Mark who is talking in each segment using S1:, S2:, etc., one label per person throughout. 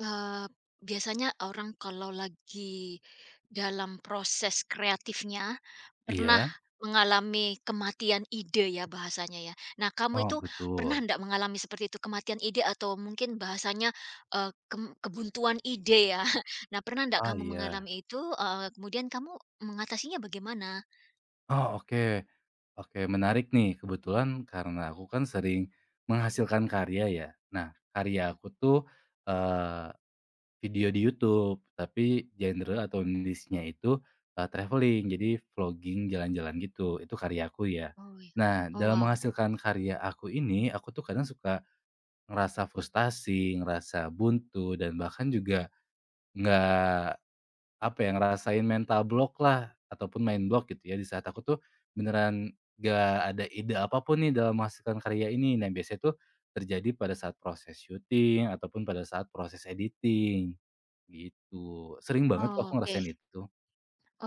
S1: Eee, Biasanya orang kalau lagi dalam proses kreatifnya, pernah
S2: Iya?
S1: mengalami kematian ide, ya bahasanya ya. Nah, kamu
S2: Oh,
S1: itu pernah
S2: betul.
S1: ndak mengalami seperti itu, kematian ide atau mungkin bahasanya, eee, kem kebuntuan ide ya? Nah, pernah ndak
S2: Ah,
S1: kamu
S2: iya.
S1: mengalami itu, kemudian kamu mengatasinya bagaimana?
S2: Oh, oke. Oke, menarik nih. Kebetulan karena aku kan sering menghasilkan karya ya. Nah, karya aku tuh, eee, video di YouTube, tapi genre atau niche-nya itu, traveling, jadi vlogging jalan-jalan gitu, itu karya aku ya.
S1: Oh ya.
S2: Nah,
S1: Oh
S2: dalam
S1: wow.
S2: menghasilkan karya aku ini, aku tuh kadang suka ngerasa frustasi, ngerasa buntu, dan bahkan juga nggak apa ya, ngerasain mental block lah, ataupun mind block gitu ya, di saat aku tuh beneran gak ada ide apapun nih dalam menghasilkan karya ini. Nah, biasanya tuh terjadi pada saat proses syuting ataupun pada saat proses editing, gitu. Sering banget kok
S1: Oh,
S2: aku
S1: oke.
S2: ngerasain itu.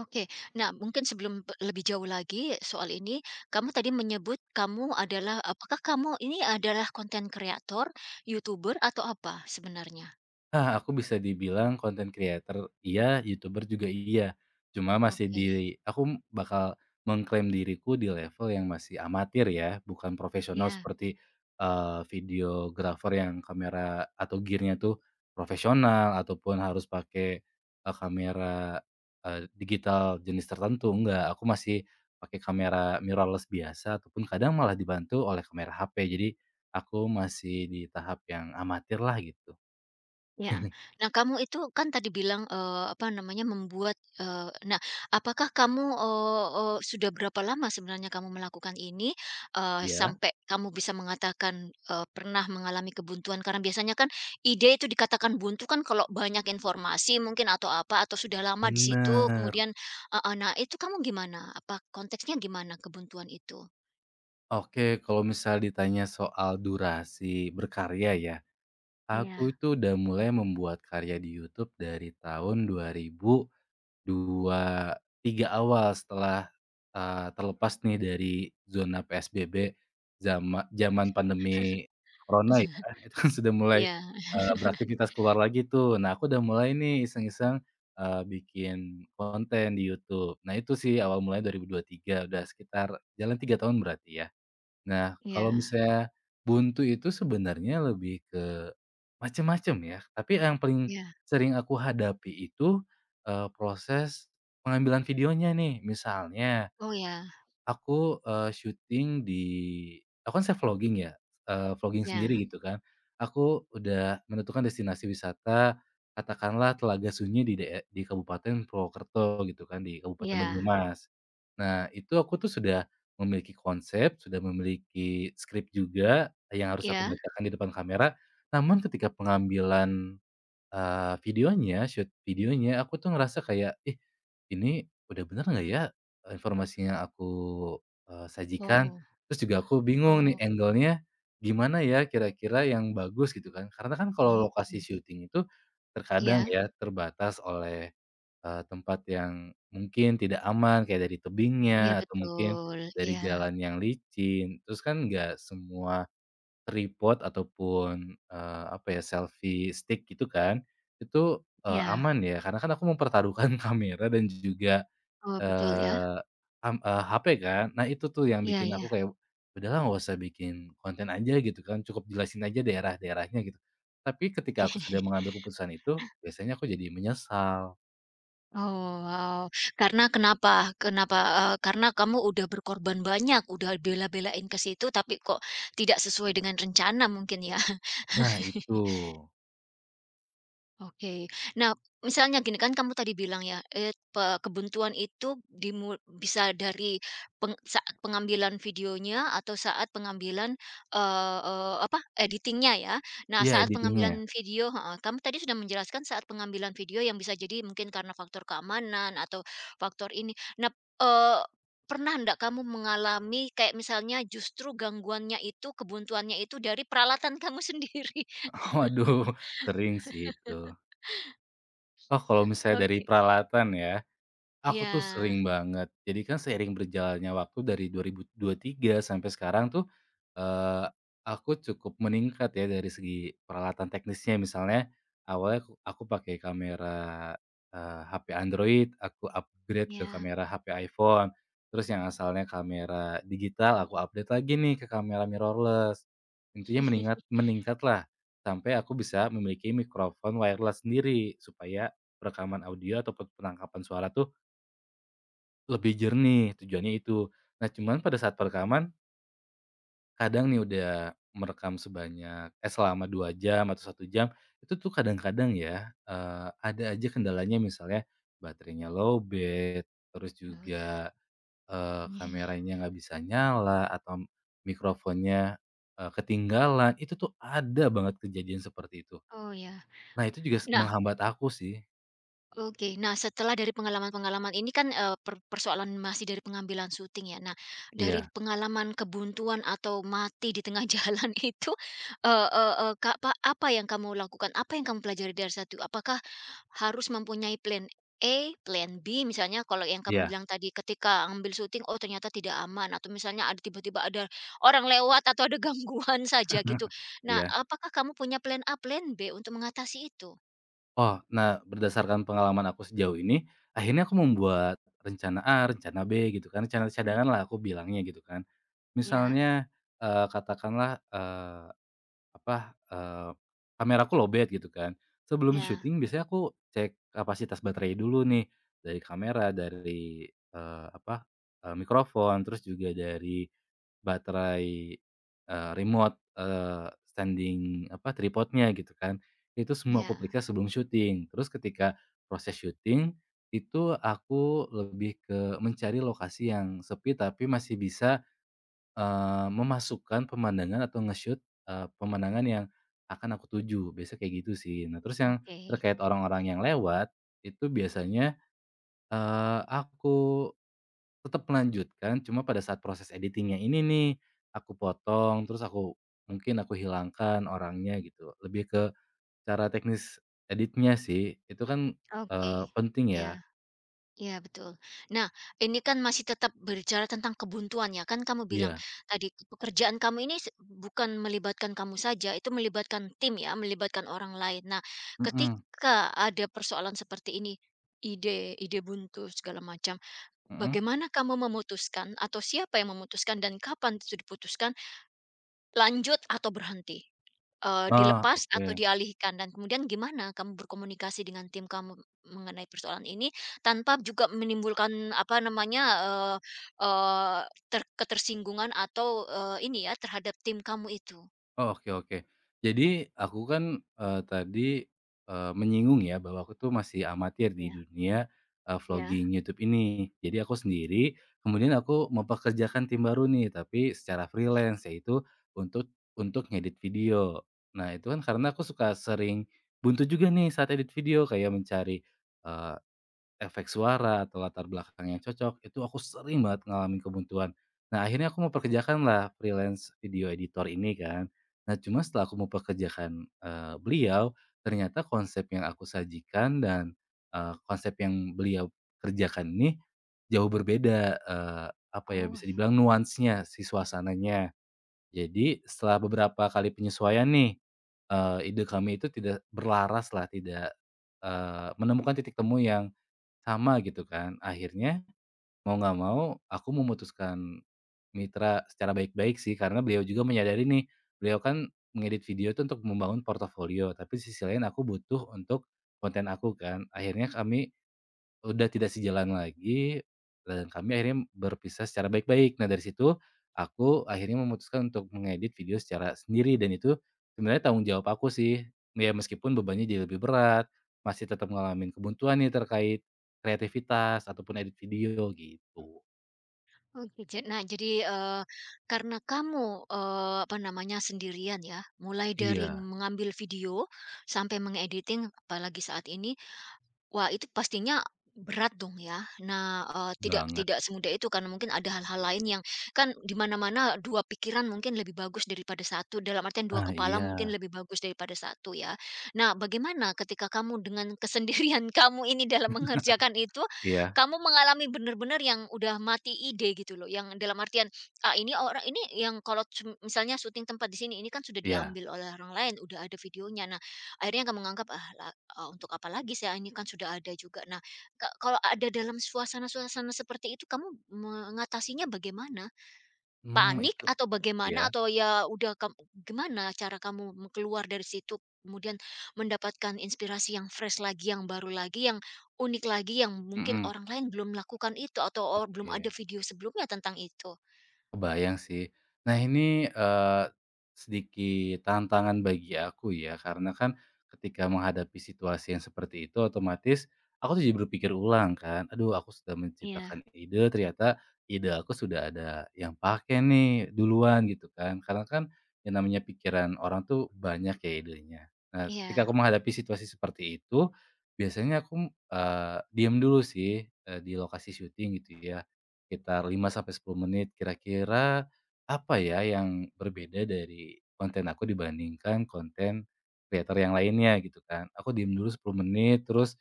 S1: Oke. Nah, mungkin sebelum lebih jauh lagi soal ini, kamu tadi menyebut kamu adalah, apakah kamu ini adalah konten kreator, youtuber, atau apa sebenarnya?
S2: Ah, aku bisa dibilang konten creator iya, YouTuber juga iya. Cuma masih
S1: Oke,
S2: di aku bakal mengklaim diriku di level yang masih amatir ya, bukan profesional
S1: ya.
S2: seperti, videographer yang kamera atau gear tuh profesional ataupun harus pakai, kamera, digital jenis tertentu, enggak. Aku masih pakai kamera mirrorless biasa ataupun kadang malah dibantu oleh kamera HP. Jadi aku masih di tahap yang amatir lah gitu.
S1: Ya. Nah, kamu itu kan tadi bilang, apa namanya, membuat, nah, apakah kamu, eee eee, sudah berapa lama sebenarnya kamu melakukan ini,
S2: Iya?
S1: sampai kamu bisa mengatakan, pernah mengalami kebuntuan? Karena biasanya kan ide itu dikatakan buntu kan kalau banyak informasi mungkin atau apa, atau sudah lama di situ
S2: Bener.
S1: kemudian, heeh, nah itu kamu gimana? Apa konteksnya, gimana kebuntuan itu?
S2: Oke, kalau misal ditanya soal durasi berkarya ya, aku
S1: Iya.
S2: itu udah mulai membuat karya di YouTube dari tahun 2000 23 awal setelah, terlepas nih dari zona PSBB jaman pandemi corona ya, itu kan sudah mulai,
S1: Iya,
S2: beraktivitas keluar lagi tuh. Nah, aku udah mulai nih iseng-iseng, bikin konten di YouTube. Nah, itu sih awal mulanya 2023, udah sekitar jalan 3 tahun berarti ya. Nah, kalau
S1: iya,
S2: misalnya buntu itu sebenarnya lebih ke macem-macem ya, tapi yang paling
S1: iya.
S2: sering aku hadapi itu, proses pengambilan videonya nih. Misalnya,
S1: Oh, ya.
S2: aku, syuting di aku kan saya vlogging ya, vlogging sendiri
S1: Ya,
S2: gitu kan. Aku udah menentukan destinasi wisata, katakanlah Telaga Sunyi di di Kabupaten Purwokerto gitu kan, di Kabupaten
S1: ya.
S2: Banyumas. Nah, itu aku tuh sudah memiliki konsep, sudah memiliki skrip juga yang harus aku
S1: Ya.
S2: bacakan di depan kamera, namun ketika pengambilan videonya, shoot videonya, aku tuh ngerasa kayak, "Ih, ini udah bener nggak ya, informasi yang aku, sajikan?"
S1: Oh,
S2: Terus juga aku bingung nih
S1: oh.
S2: angle-nya gimana ya kira-kira yang bagus gitu kan. Karena kan kalau lokasi
S1: Oke,
S2: syuting itu terkadang
S1: iya,
S2: ya terbatas oleh, tempat yang mungkin tidak aman kayak dari
S1: iya
S2: tebingnya atau mungkin
S1: betul,
S2: dari
S1: iya,
S2: jalan yang licin. Terus kan nggak semua tripod ataupun, apa ya, selfie stick gitu kan, itu,
S1: iya,
S2: aman ya karena kan aku mempertaruhkan kamera dan juga,
S1: oh betul ya,
S2: eee, HP kan. Nah itu tuh yang
S1: iya
S2: bikin
S1: ya,
S2: aku kayak, "Udahlah nggak usah bikin konten aja," gitu kan, "cukup jelasin aja daerah-daerahnya," gitu. Tapi ketika aku sudah mengambil keputusan itu, biasanya aku jadi menyesal.
S1: oh wow, karena kenapa, kenapa, karena kamu udah berkorban banyak, udah bela-belain ke situ tapi kok tidak sesuai dengan rencana mungkin ya?
S2: Nah itu.
S1: Oke. Nah, misalnya gini kan kamu tadi bilang ya, eee, pe kebuntuan itu dimu bisa dari saat pengambilan videonya atau saat pengambilan, eee eee, apa, editingnya ya. Nah,
S2: Iya,
S1: saat
S2: editingnya.
S1: pengambilan video, heeh, kamu tadi sudah menjelaskan saat pengambilan video yang bisa jadi mungkin karena faktor keamanan atau faktor ini. Nah, eee, pernah ndak kamu mengalami kayak misalnya justru gangguannya itu, kebuntuannya itu dari peralatan kamu sendiri?
S2: Waduh, sering sih itu. Oh, kalau misalnya dari
S1: Oke.
S2: peralatan ya, aku tuh
S1: Ya,
S2: sering banget. Jadi kan seiring berjalannya waktu dari 2023 sampai sekarang tuh, eee, aku cukup meningkat ya dari segi peralatan teknisnya. Misalnya awalnya aku pakai kamera, HP Android, aku upgrade ke
S1: ya.
S2: kamera HP iPhone. Terus yang asalnya kamera digital, aku update lagi nih ke kamera mirrorless. Intinya meningkat meningkat lah sampai aku bisa memiliki mikrofon wireless sendiri supaya rekaman audio ataupun penangkapan suara tuh lebih jernih, tujuannya itu. Nah, cuman pada saat perekaman, kadang nih udah merekam sebanyak selama 2 jam atau 1 jam, itu tuh kadang-kadang ya, ada aja kendalanya misalnya baterainya lowbat, terus
S1: Oh ya.
S2: juga, kameranya nggak bisa nyala atau mikrofonnya, ketinggalan, itu tuh ada banget kejadian seperti itu.
S1: Oh ya.
S2: Nah, itu juga
S1: Nah,
S2: menghambat aku sih.
S1: oke. Nah, setelah dari pengalaman-pengalaman ini kan, eee, per persoalan masih dari pengambilan syuting ya. Nah, dari
S2: Iya,
S1: pengalaman kebuntuan atau mati di tengah jalan itu, eee eee eee, Kak, apa yang kamu lakukan? Apa yang kamu pelajari dari satu? Apakah harus mempunyai plan A, plan B misalnya kalau yang kamu
S2: iya,
S1: bilang tadi ketika ambil syuting, oh ternyata tidak aman atau misalnya ada, tiba-tiba ada orang lewat atau ada gangguan saja gitu. Nah,
S2: iya.
S1: apakah kamu punya plan A, plan B untuk mengatasi itu?
S2: Oh, nah berdasarkan pengalaman aku sejauh ini, akhirnya aku membuat rencana A, rencana B gitu kan, rencana cadangan lah aku bilangnya gitu kan.
S1: Ya,
S2: Misalnya, katakanlah, eh, apa, kameraku lowbat gitu kan. Sebelum
S1: ya.
S2: syuting biasanya aku cek kapasitas baterai dulu nih, dari kamera, dari, apa, mikrofon, terus juga dari baterai, remote, standing apa, tripodnya gitu kan. Itu semua aku
S1: Ya,
S2: periksa sebelum syuting. Terus ketika proses syuting, itu aku lebih ke mencari lokasi yang sepi tapi masih bisa memasukkan pemandangan atau nge-shoot, pemandangan yang akan aku tuju, biasa kayak gitu sih. Nah, terus yang
S1: oke,
S2: terkait orang-orang yang lewat, itu biasanya, aku tetap melanjutkan, cuma pada saat proses editingnya ini nih, aku potong, terus aku mungkin aku hilangkan orangnya gitu, lebih ke cara teknis editnya sih, itu kan,
S1: oke.
S2: penting ya.
S1: Ya, ya betul. Nah, ini kan masih tetap berbicara tentang kebuntuan ya, kan kamu bilang
S2: Iya,
S1: tadi, pekerjaan kamu ini se bukan melibatkan kamu saja, itu melibatkan tim ya, melibatkan orang lain. Nah,
S2: mhm,
S1: ketika ada persoalan seperti ini, ide ide buntu segala macam,
S2: mhm.
S1: bagaimana kamu memutuskan atau siapa yang memutuskan dan kapan itu diputuskan, lanjut atau berhenti?
S2: Oh,
S1: Dilepas atau
S2: oke.
S1: dialihkan, dan kemudian gimana kamu berkomunikasi dengan tim kamu mengenai persoalan ini tanpa juga menimbulkan, apa namanya, eee eee, ter ketersinggungan atau, ini ya, terhadap tim kamu itu?
S2: Oh, oke, oke. Jadi aku kan, tadi, menyinggung ya bahwa aku tuh masih amatir di
S1: Iya.
S2: dunia,
S1: Ya?
S2: vlogging YouTube ini. Jadi aku sendiri, kemudian aku mempekerjakan tim baru nih, tapi secara freelance, yaitu untuk untuk ngedit video. Nah, itu kan karena aku suka sering buntu juga nih saat edit video, kayak mencari, efek suara atau latar belakang yang cocok, itu aku sering banget ngalamin kebuntuan. Nah, akhirnya aku mau pekerjakan lah freelance video editor ini kan. Nah, cuma setelah aku mempekerjakan beliau, ternyata konsep yang aku sajikan dan, konsep yang beliau kerjakan ini jauh berbeda, apa ya,
S1: Oh,
S2: bisa dibilang nuansnya si suasananya. Jadi setelah beberapa kali penyesuaian nih, ide kami itu tidak berlaras lah tidak, menemukan titik temu yang sama gitu kan. Akhirnya mau nggak mau aku memutuskan mitra secara baik-baik sih, karena beliau juga menyadari nih, beliau kan mengedit video itu untuk membangun portofolio, tapi di sisi lain aku butuh untuk konten aku kan. Akhirnya kami udah tidak sejalan lagi, dan kami akhirnya berpisah secara baik-baik. Nah, dari situ aku akhirnya memutuskan untuk mengedit video secara sendiri dan itu sebenarnya tanggung jawab aku sih. Ya, meskipun bebannya jadi lebih berat, masih tetap ngalamin kebuntuan nih terkait kreativitas ataupun edit video gitu.
S1: oke. Nah, jadi, karena kamu, apa namanya, sendirian ya, mulai dari
S2: Iya,
S1: mengambil video sampai mengediting apalagi saat ini, wah, itu pastinya berat dong ya. Nah, eee, tidak
S2: banget.
S1: tidak semudah itu karena mungkin ada hal-hal lain yang, kan di mana-mana 2 pikiran mungkin lebih bagus daripada satu. Dalam artian dua
S2: Ah,
S1: kepala mungkin
S2: iya.
S1: lebih bagus daripada satu ya. Nah, bagaimana ketika kamu dengan kesendirian kamu ini dalam mengerjakan itu,
S2: Iya,
S1: kamu mengalami benar-benar yang udah mati ide gitu loh, yang dalam artian, ah, ini orang ini yang kalau cum misalnya syuting tempat di sini, ini kan sudah
S2: iya.
S1: diambil oleh orang lain, udah ada videonya. Nah, akhirnya nggak menganggap, "Ah, untuk apa lagi saya, ini kan sudah ada juga." Nah, kalau ada dalam suasana-suasana seperti itu kamu mengatasinya bagaimana?
S2: Hmm,
S1: Panik
S2: itu
S1: atau
S2: iya,
S1: bagaimana? Atau ya udah kam gimana cara kamu keluar dari situ, kemudian mendapatkan inspirasi yang fresh lagi, yang baru lagi, yang unik lagi, yang mungkin
S2: mhm,
S1: orang lain belum melakukan itu atau belum ada
S2: oke.
S1: video sebelumnya tentang itu?
S2: Kebayang sih. Nah ini, sedikit tantangan bagi aku ya, karena kan ketika menghadapi situasi yang seperti itu otomatis aku tuh jadi berpikir ulang kan, "Aduh, aku sudah
S1: Iya,
S2: menciptakan ide, ternyata ide aku sudah ada yang pakai nih duluan," gitu kan. Karena kan yang namanya pikiran orang tuh banyak ya idenya. Nah, ketika
S1: iya.
S2: aku menghadapi situasi seperti itu, biasanya aku, diem dulu sih, di lokasi syuting gitu ya. Sekitar 5 sampai 10 menit. Kira-kira apa ya yang berbeda dari konten aku dibandingkan konten creator yang lainnya gitu kan. Aku diem dulu 10 menit terus,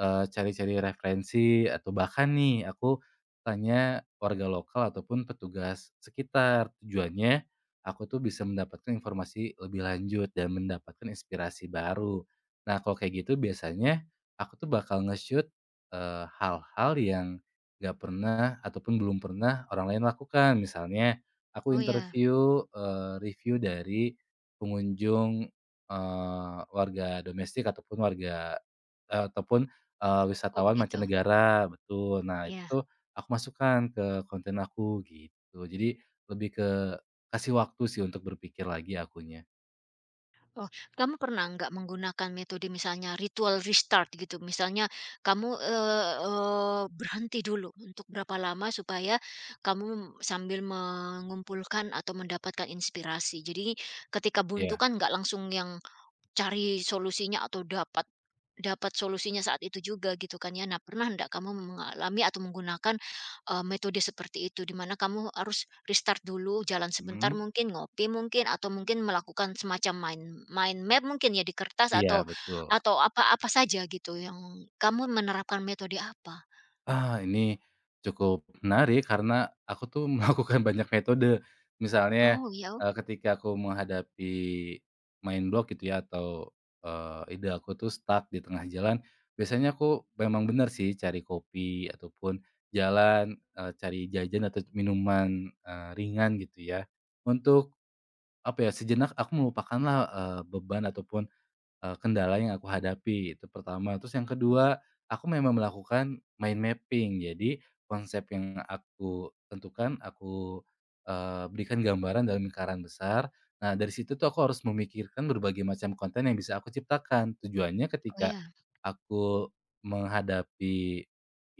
S2: cari-cari referensi atau bahkan nih aku tanya warga lokal ataupun petugas sekitar. Tujuannya aku tuh bisa mendapatkan informasi lebih lanjut dan mendapatkan inspirasi baru. Nah, kalau kayak gitu biasanya aku tuh bakal nge-shoot, hal-hal yang nggak pernah ataupun belum pernah orang lain lakukan. Misalnya aku
S1: Oh, ya.
S2: interview, review dari pengunjung, warga domestik ataupun warga ataupun,
S1: Oh,
S2: wisatawan
S1: begitu.
S2: mancanegara, betul. Nah, itu
S1: Iya.
S2: tuh aku masukkan ke konten aku gitu. Jadi lebih ke kasih waktu sih untuk berpikir lagi akunya.
S1: Oh, kamu pernah nggak menggunakan metode misalnya ritual restart gitu? Misalnya kamu, eee eee, berhenti dulu untuk berapa lama supaya kamu sambil mengumpulkan atau mendapatkan inspirasi. Jadi ketika buntu
S2: Iya,
S1: kan nggak langsung yang cari solusinya atau dapat dapat solusinya saat itu juga gitu kan ya. Nah, pernah enggak kamu mengalami atau menggunakan, metode seperti itu? Di mana kamu harus restart dulu, jalan sebentar
S2: mhm,
S1: mungkin, ngopi mungkin, atau mungkin melakukan semacam main main map mungkin ya di kertas
S2: iya, betul.
S1: atau apa, apa saja gitu yang kamu menerapkan metode apa?
S2: Ah, ini cukup menarik karena aku tuh melakukan banyak metode. Misalnya,
S1: Oh ya, oh
S2: ketika aku menghadapi main block gitu ya atau, ide aku tuh stuck di tengah jalan, biasanya aku memang benar sih cari kopi ataupun jalan, cari jajan atau minuman, ringan gitu ya. Untuk apa ya, sejenak aku melupakanlah, beban ataupun kendala yang aku hadapi, itu pertama. Terus yang kedua, aku memang melakukan mind mapping. Jadi konsep yang aku tentukan, aku, berikan gambaran dalam lingkaran besar. Nah, dari situ tuh aku harus memikirkan berbagai macam konten yang bisa aku ciptakan. Tujuannya ketika
S1: ya,
S2: aku menghadapi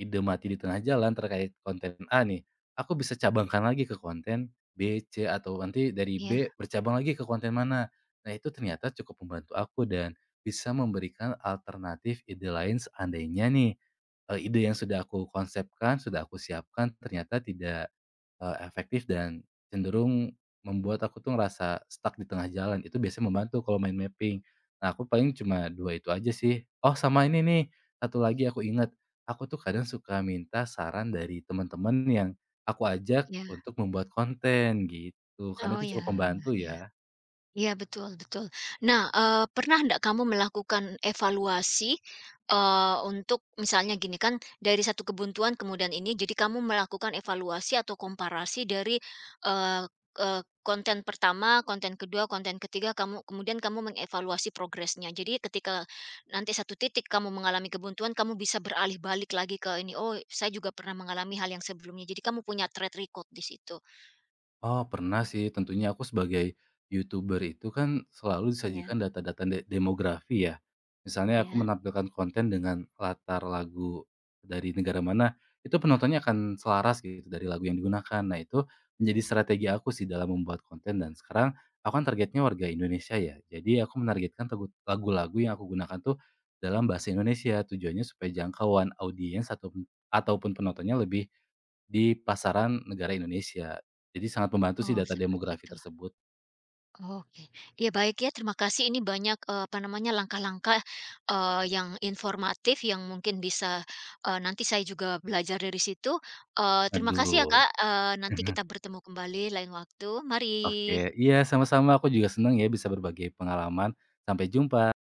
S2: ide mati di tengah jalan terkait konten A nih, aku bisa cabangkan lagi ke konten B, C, atau nanti dari
S1: ya,
S2: B bercabang lagi ke konten mana. Nah, itu ternyata cukup membantu aku dan bisa memberikan alternatif ide lain seandainya nih, ide yang sudah aku konsepkan, sudah aku siapkan ternyata tidak, efektif dan cenderung membuat aku tuh ngerasa stuck di tengah jalan, itu biasanya membantu kalau main mapping. Nah, aku paling cuma 2 itu aja sih. Oh, sama ini nih, satu lagi aku ingat, aku tuh kadang suka minta saran dari teman-teman yang aku ajak
S1: ya.
S2: untuk membuat konten gitu, karena
S1: Oh
S2: itu
S1: ya,
S2: cukup membantu
S1: ya.
S2: ya.
S1: Iya, betul, betul. Nah, pernah ndak kamu melakukan evaluasi, untuk misalnya gini kan dari satu kebuntuan kemudian ini jadi kamu melakukan evaluasi atau komparasi dari, eee eee, konten pertama, konten kedua, konten ketiga, kemudian kamu mengevaluasi progresnya. Jadi ketika nanti satu titik kamu mengalami kebuntuan, kamu bisa beralih balik lagi ke ini, "Oh, saya juga pernah mengalami hal yang sebelumnya." Jadi kamu punya track record di situ.
S2: Oh, pernah sih. Tentunya aku sebagai YouTuber itu kan selalu
S1: Iya.
S2: disajikan data-data demografi ya. Misalnya aku
S1: Iya.
S2: menampilkan konten dengan latar lagu dari negara mana, itu penontonnya akan selaras gitu dari lagu yang digunakan. Nah, itu menjadi strategi aku sih dalam membuat konten dan sekarang aku kan targetnya warga Indonesia ya. Jadi aku menargetkan lagu-lagu yang aku gunakan tuh dalam bahasa Indonesia. Tujuannya supaya jangkauan audiens ataupun ataupun penontonnya lebih di pasaran negara Indonesia jadi sangat membantu sih
S1: Oh,
S2: data
S1: seperti
S2: demografi
S1: itu.
S2: tersebut.
S1: Oke. Ya baik ya, terima kasih ini banyak, apa namanya, langkah-langkah, yang informatif yang mungkin bisa, nanti saya juga belajar dari situ. Terima kasih ya
S2: Aduh.
S1: Kak, nanti kita bertemu kembali lain waktu. Mari.
S2: Oke, iya, sama-sama, aku juga senang ya bisa berbagi pengalaman. Sampai jumpa.